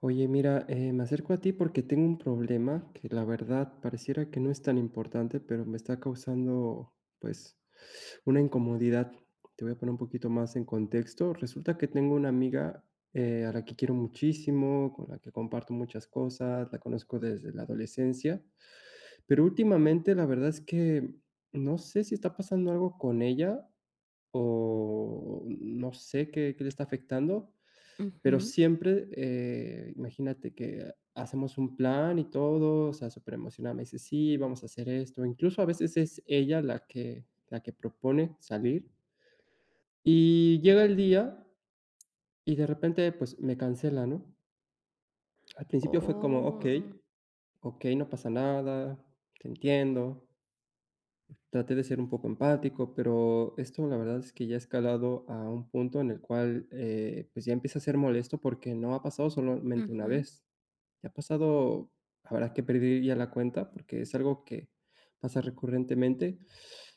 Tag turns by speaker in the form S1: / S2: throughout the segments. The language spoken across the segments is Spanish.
S1: Oye, mira, me acerco a ti porque tengo un problema que la verdad pareciera que no es tan importante, pero me está causando pues una incomodidad. Te voy a poner un poquito más en contexto. Resulta que tengo una amiga a la que quiero muchísimo, con la que comparto muchas cosas, la conozco desde la adolescencia, pero últimamente la verdad es que no sé si está pasando algo con ella o no sé qué, qué le está afectando, pero
S2: Ujú.
S1: siempre, imagínate que hacemos un plan y todo, o sea, súper emocionada me dice: "Sí, vamos a hacer esto". Incluso a veces es ella la que propone salir, y llega el día y de repente, pues, me cancela, ¿no? Al principio fue como:
S2: Oh,
S1: "Okey, okey, no pasa nada, te entiendo". Traté de ser un poco empático, pero esto la verdad es que ya ha escalado a un punto en el cual, pues, ya empieza a ser molesto porque no ha pasado solamente una
S2: ujú.
S1: vez. ¿Te ha pasado, habrá que perder ya la cuenta? Porque es algo que pasa recurrentemente.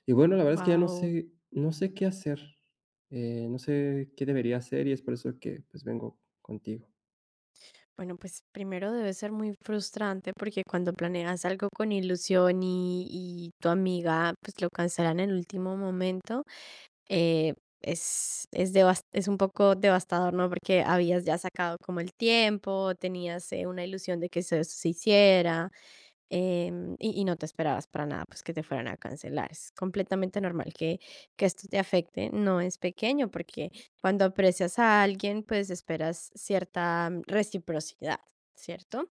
S1: Y bueno, la verdad es que ya no
S2: Guau.
S1: sé no sé qué hacer, no sé qué debería hacer y es por eso que, pues, vengo contigo.
S2: Bueno, pues primero debe ser muy frustrante porque cuando planeas algo con ilusión y tu amiga pues lo cancela en el último momento, eh, es, es es un poco devastador, ¿no? Porque habías ya sacado como el tiempo, tenías una ilusión de que eso se hiciera. Y no te esperabas para nada, pues, que te fueran a cancelar. Es completamente normal que esto te afecte, no es pequeño, porque cuando aprecias a alguien, pues, esperas cierta reciprocidad, ¿cierto?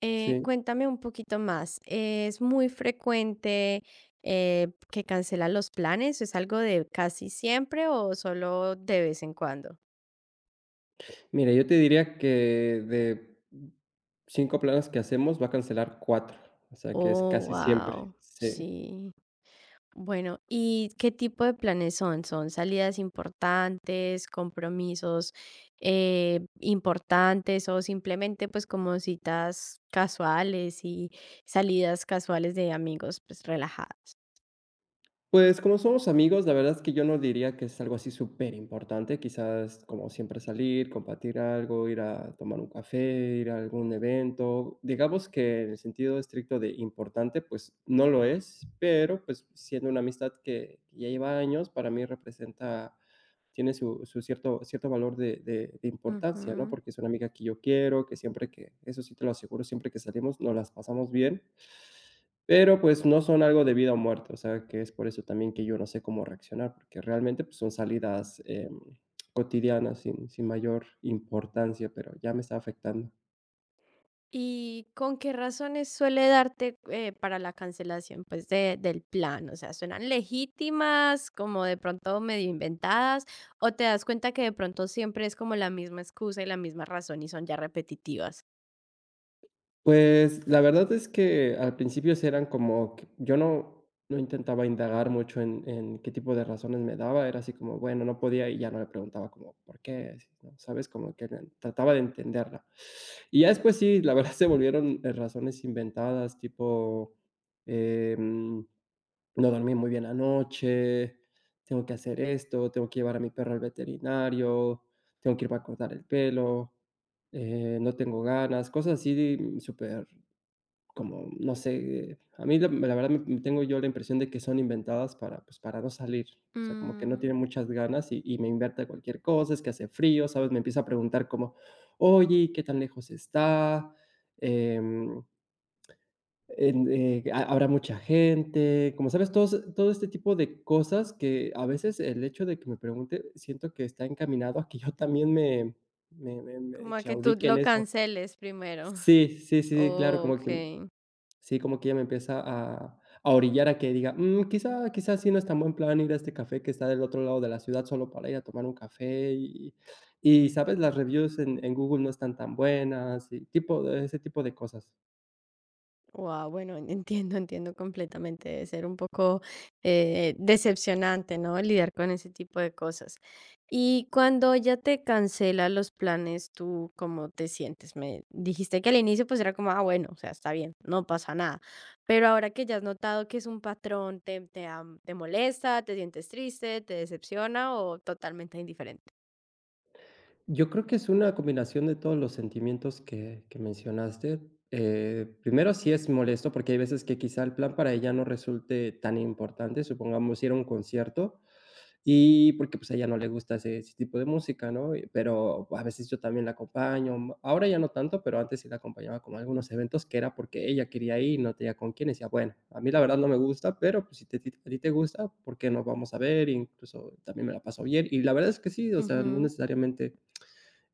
S1: Sí.
S2: Cuéntame un poquito más, ¿es muy frecuente, que cancelan los planes? ¿Es algo de casi siempre o solo de vez en cuando?
S1: Mira, yo te diría que de 5 planes que hacemos va a cancelar cuatro, o sea, que es
S2: Oh,
S1: casi siempre.
S2: wow,
S1: Sí.
S2: sí. Bueno, ¿y qué tipo de planes son? ¿Son salidas importantes, compromisos importantes, o simplemente pues como citas casuales y salidas casuales de amigos pues relajadas?
S1: Pues, como somos amigos, la verdad es que yo no diría que es algo así súper importante. Quizás como siempre salir, compartir algo, ir a tomar un café, ir a algún evento. Digamos que en el sentido estricto de importante, pues no lo es, pero pues siendo una amistad que ya lleva años, para mí representa, tiene su, su cierto, cierto valor de, de importancia, ¿no?
S2: Ujú.
S1: Porque es una amiga que yo quiero, que siempre que, eso sí te lo aseguro, siempre que salimos nos las pasamos bien, pero, pues, no son algo de vida o muerte, o sea, que es por eso también que yo no sé cómo reaccionar, porque realmente, pues, son salidas, cotidianas sin mayor importancia, pero ya me está afectando.
S2: ¿Y con qué razones suele darte para la cancelación pues del plan? O sea, ¿suenan legítimas, como de pronto medio inventadas, o te das cuenta que de pronto siempre es como la misma excusa y la misma razón y son ya repetitivas?
S1: Pues, la verdad es que al principio sí eran como que yo no intentaba indagar mucho en qué tipo de razones me daba, era así como, bueno, no podía y ya no le preguntaba como, ¿por qué? Así, ¿no? ¿Sabes? Como que le trataba de entenderla. Y ya después sí, la verdad se volvieron, razones inventadas, tipo, em, no dormí muy bien anoche, tengo que hacer esto, tengo que llevar a mi perro al veterinario, tengo que irme a cortar el pelo. No tengo ganas, cosas así, mm, súper como, no sé, a mí la verdad me tengo yo la impresión de que son inventadas para, pues, para no salir, o sea, como que no
S2: Mm,
S1: tiene muchas ganas y me inventa cualquier cosa, es que hace frío, ¿sabes? Me empieza a preguntar como: "Oye, ¿qué tan lejos está? Em, en ¿ha habrá mucha gente?". Como sabes, todo este tipo de cosas que a veces el hecho de que me pregunte, siento que está encaminado a que yo también me
S2: como a que tú
S1: claudique en
S2: lo
S1: eso.
S2: canceles primero.
S1: Sí, sí, sí, sí, claro,
S2: Ok.
S1: como que sí, como que ella me empieza a orillar a que diga: "Mm, quizá sí no es tan buen plan ir a este café que está del otro lado de la ciudad solo para ir a tomar un café", y, ¿sabes? Las reviews en Google no están tan buenas, y tipo de ese tipo de cosas.
S2: Wow, bueno, entiendo, entiendo completamente. Debe ser un poco decepcionante, ¿no? Lidiar con ese tipo de cosas. Y cuando ya te cancela los planes, ¿tú cómo te sientes? Me dijiste que al inicio pues era como, ah, bueno, o sea, está bien, no pasa nada. Pero ahora que ya has notado que es un patrón, ¿te, te te molesta, te sientes triste, te decepciona o totalmente indiferente?
S1: Yo creo que es una combinación de todos los sentimientos que mencionaste. Primero, sí es molesto, porque hay veces que quizá el plan para ella no resulte tan importante, supongamos ir a un concierto. Y porque, pues, a ella no le gusta ese tipo de música, ¿no? Y pero a veces yo también la acompaño, mm, ahora ya no tanto, pero antes sí la acompañaba como a algunos eventos que era porque ella quería ir, no tenía con quién, y decía: "Bueno, a mí la verdad no me gusta, pero, pues, si te ti a ti te gusta, ¿por qué no vamos a ver?". Incluso también me la paso bien, y la verdad es que sí, o sea, no necesariamente,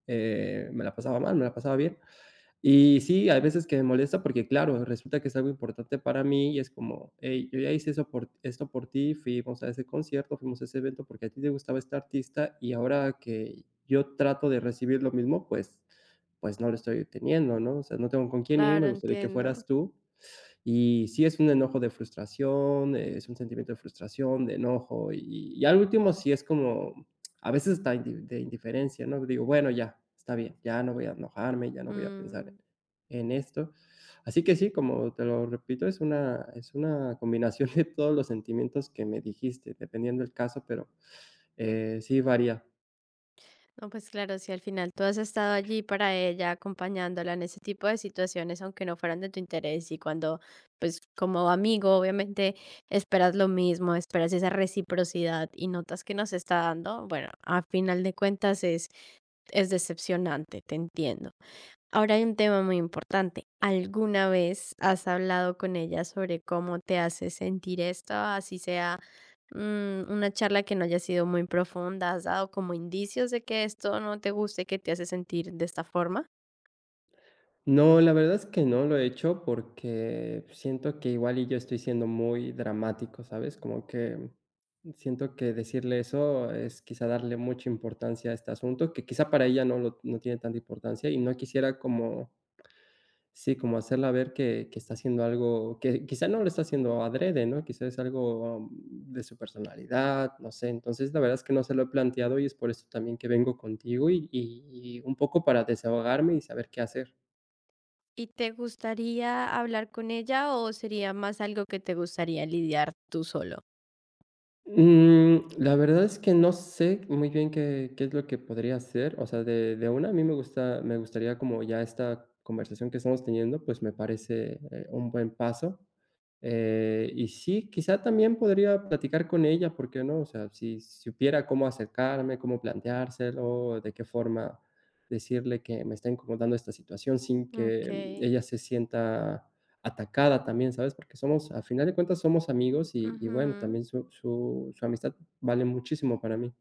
S1: me la pasaba mal, me la pasaba bien. Y sí, hay veces que me molesta porque, claro, resulta que es algo importante para mí y es como: "Hey, yo ya hice eso por esto por ti, fuimos a ese concierto, fuimos a ese evento porque a ti te gustaba este artista y ahora que yo trato de recibir lo mismo, pues no lo estoy teniendo", ¿no? O sea, no tengo con quién ir,
S2: Claro,
S1: me gustaría que
S2: entiendo.
S1: fueras tú. Y sí es un enojo de frustración, es un sentimiento de frustración, de enojo, y al último sí es como, a veces está de indiferencia, ¿no? Digo: "Bueno, ya, está bien, ya no voy a enojarme, ya no voy a pensar en
S2: Mm.
S1: esto". Así que sí, como te lo repito, es una combinación de todos los sentimientos que me dijiste, dependiendo el caso, pero, sí varía.
S2: No, pues claro, si al final tú has estado allí para ella, acompañándola en ese tipo de situaciones, aunque no fueran de tu interés, y cuando, pues como amigo, obviamente esperas lo mismo, esperas esa reciprocidad y notas que nos está dando, bueno, a final de cuentas es decepcionante, te entiendo. Ahora hay un tema muy importante. ¿Alguna vez has hablado con ella sobre cómo te hace sentir esto, así sea? Una charla que no haya sido muy profunda, ¿has dado como indicios de que esto no te guste, que te hace sentir de esta forma?
S1: No, la verdad es que no lo he hecho porque siento que igual y yo estoy siendo muy dramático, ¿sabes? Como que siento que decirle eso es quizá darle mucha importancia a este asunto, que quizá para ella no tiene tanta importancia y no quisiera como, sí, como hacerla ver que está haciendo algo, que quizá no lo está haciendo adrede, ¿no? Quizá es algo de su personalidad, no sé. Entonces, la verdad es que no se lo he planteado y es por eso también que vengo contigo y, y un poco para desahogarme y saber qué hacer.
S2: ¿Y te gustaría hablar con ella, o sería más algo que te gustaría lidiar tú solo?
S1: Mm, la verdad es que no sé muy bien qué es lo que podría hacer. O sea, de una, a mí me gustaría como ya esta conversación que estamos teniendo, pues, me parece, un buen paso. Y sí, quizá también podría platicar con ella, ¿por qué no? O sea, si supiera cómo acercarme, cómo planteárselo, de qué forma decirle que me está incomodando esta situación sin que mm,
S2: Okey,
S1: ella se sienta atacada también, ¿sabes? Porque somos, al final de cuentas, somos amigos y bueno,
S2: ujú.
S1: también su amistad vale muchísimo para mí.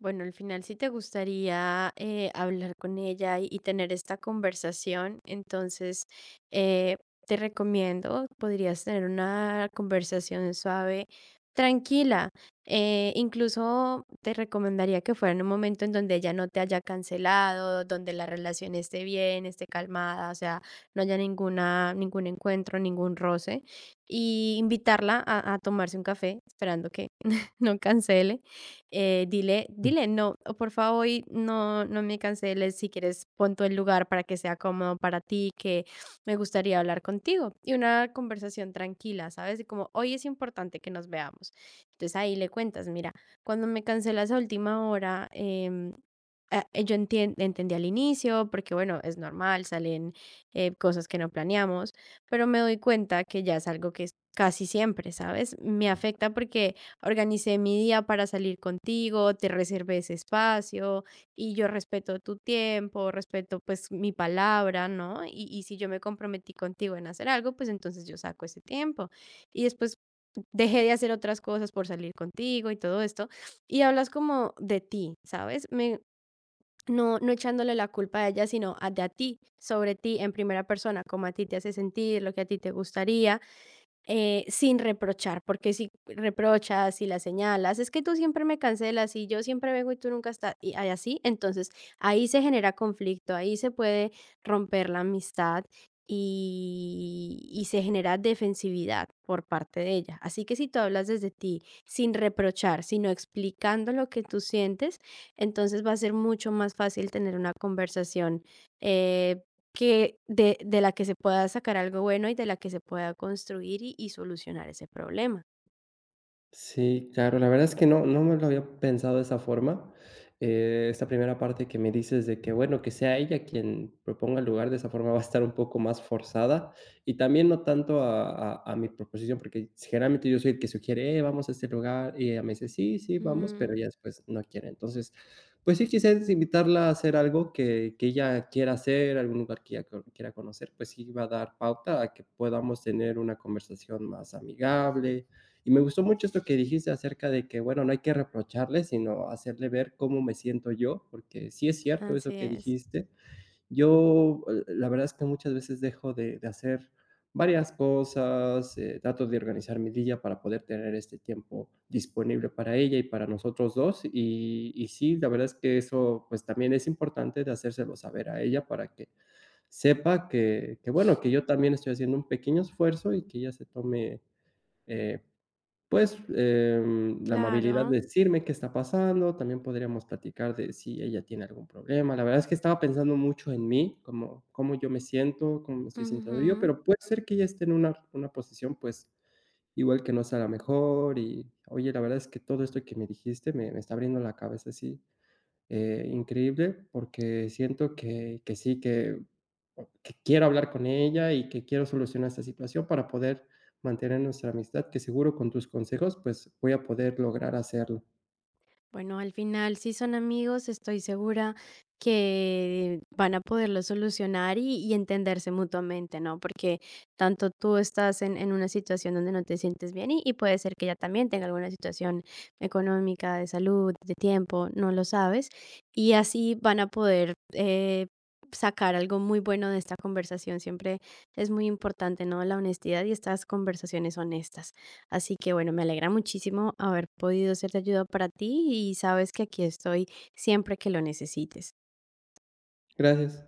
S2: Bueno, al final si te gustaría hablar con ella y tener esta conversación, entonces eh, te recomiendo, podrías tener una conversación suave, tranquila. Incluso te recomendaría que fuera en un momento en donde ella no te haya cancelado, donde la relación esté bien, esté calmada, o sea, no haya ninguna, ningún encuentro, ningún roce, y invitarla a tomarse un café, esperando que no cancele. Dile, dile: "No, o por favor, hoy no, no me canceles, si quieres pon tú el lugar para que sea cómodo para ti, que me gustaría hablar contigo". Y una conversación tranquila, ¿sabes? De como: "Hoy es importante que nos veamos". Entonces, ahí le cuentas: "Mira, cuando me cancelas a última hora, yo entien entendí al inicio, porque, bueno, es normal, salen, cosas que no planeamos, pero me doy cuenta que ya es algo que es casi siempre, ¿sabes? Me afecta porque organicé mi día para salir contigo, te reservé ese espacio y yo respeto tu tiempo, respeto pues mi palabra, ¿no? Y si yo me comprometí contigo en hacer algo, pues entonces yo saco ese tiempo. Y después dejé de hacer otras cosas por salir contigo y todo esto". Y hablas como de ti, ¿sabes? Me, no, no echándole la culpa a ella, sino de a ti, sobre ti en primera persona, cómo a ti te hace sentir, lo que a ti te gustaría. Sin reprochar, porque si reprochas, si la señalas, es que tú siempre me cancelas y yo siempre vengo y tú nunca estás, y así, entonces ahí se genera conflicto, ahí se puede romper la amistad y se genera defensividad por parte de ella. Así que si tú hablas desde ti sin reprochar, sino explicando lo que tú sientes, entonces va a ser mucho más fácil tener una conversación eh, que de la que se pueda sacar algo bueno y de la que se pueda construir y solucionar ese problema.
S1: Sí, claro, la verdad es que no, no me lo había pensado de esa forma. Esta primera parte que me dices de que, bueno, que sea ella quien proponga el lugar, de esa forma va a estar un poco más forzada y también no tanto a, a mi proposición, porque generalmente yo soy el que sugiere, vamos a este lugar y ella me dice, sí, sí, vamos, pero
S2: Mm,
S1: ella después no quiere. Entonces, pues sí, quizás invitarla a hacer algo que ella quiera hacer, algún lugar que ella quiera conocer, pues sí va a dar pauta a que podamos tener una conversación más amigable y me gustó mucho esto que dijiste acerca de que, bueno, no hay que reprocharle, sino hacerle ver cómo me siento yo, porque sí es cierto eso
S2: así
S1: que
S2: es.
S1: dijiste. Yo, la verdad es que muchas veces dejo de hacer varias cosas, trato de organizar mi día para poder tener este tiempo disponible para ella y para nosotros dos. Y sí, la verdad es que eso pues también es importante de hacérselo saber a ella para que sepa que, bueno, que yo también estoy haciendo un pequeño esfuerzo y que ella se tome... eh, pues, la amabilidad
S2: Claro.
S1: de decirme qué está pasando, también podríamos platicar de si ella tiene algún problema. La verdad es que estaba pensando mucho en mí, cómo yo me siento, cómo me estoy sintiendo yo,
S2: Ujú.
S1: pero puede ser que ella esté en una posición, pues, igual que no sea la mejor y, oye, la verdad es que todo esto que me dijiste me está abriendo la cabeza, sí, increíble, porque siento que sí, que quiero hablar con ella y que quiero solucionar esta situación para poder mantener nuestra amistad, que seguro con tus consejos, pues, voy a poder lograr hacerlo.
S2: Bueno, al final, si son amigos, estoy segura que van a poderlo solucionar y entenderse mutuamente, ¿no? Porque tanto tú estás en una situación donde no te sientes bien y puede ser que ella también tenga alguna situación económica, de salud, de tiempo, no lo sabes. Y así van a poder sacar algo muy bueno de esta conversación. Siempre es muy importante, ¿no? La honestidad y estas conversaciones honestas. Así que bueno, me alegra muchísimo haber podido ser de ayuda para ti, y sabes que aquí estoy siempre que lo necesites.
S1: Gracias.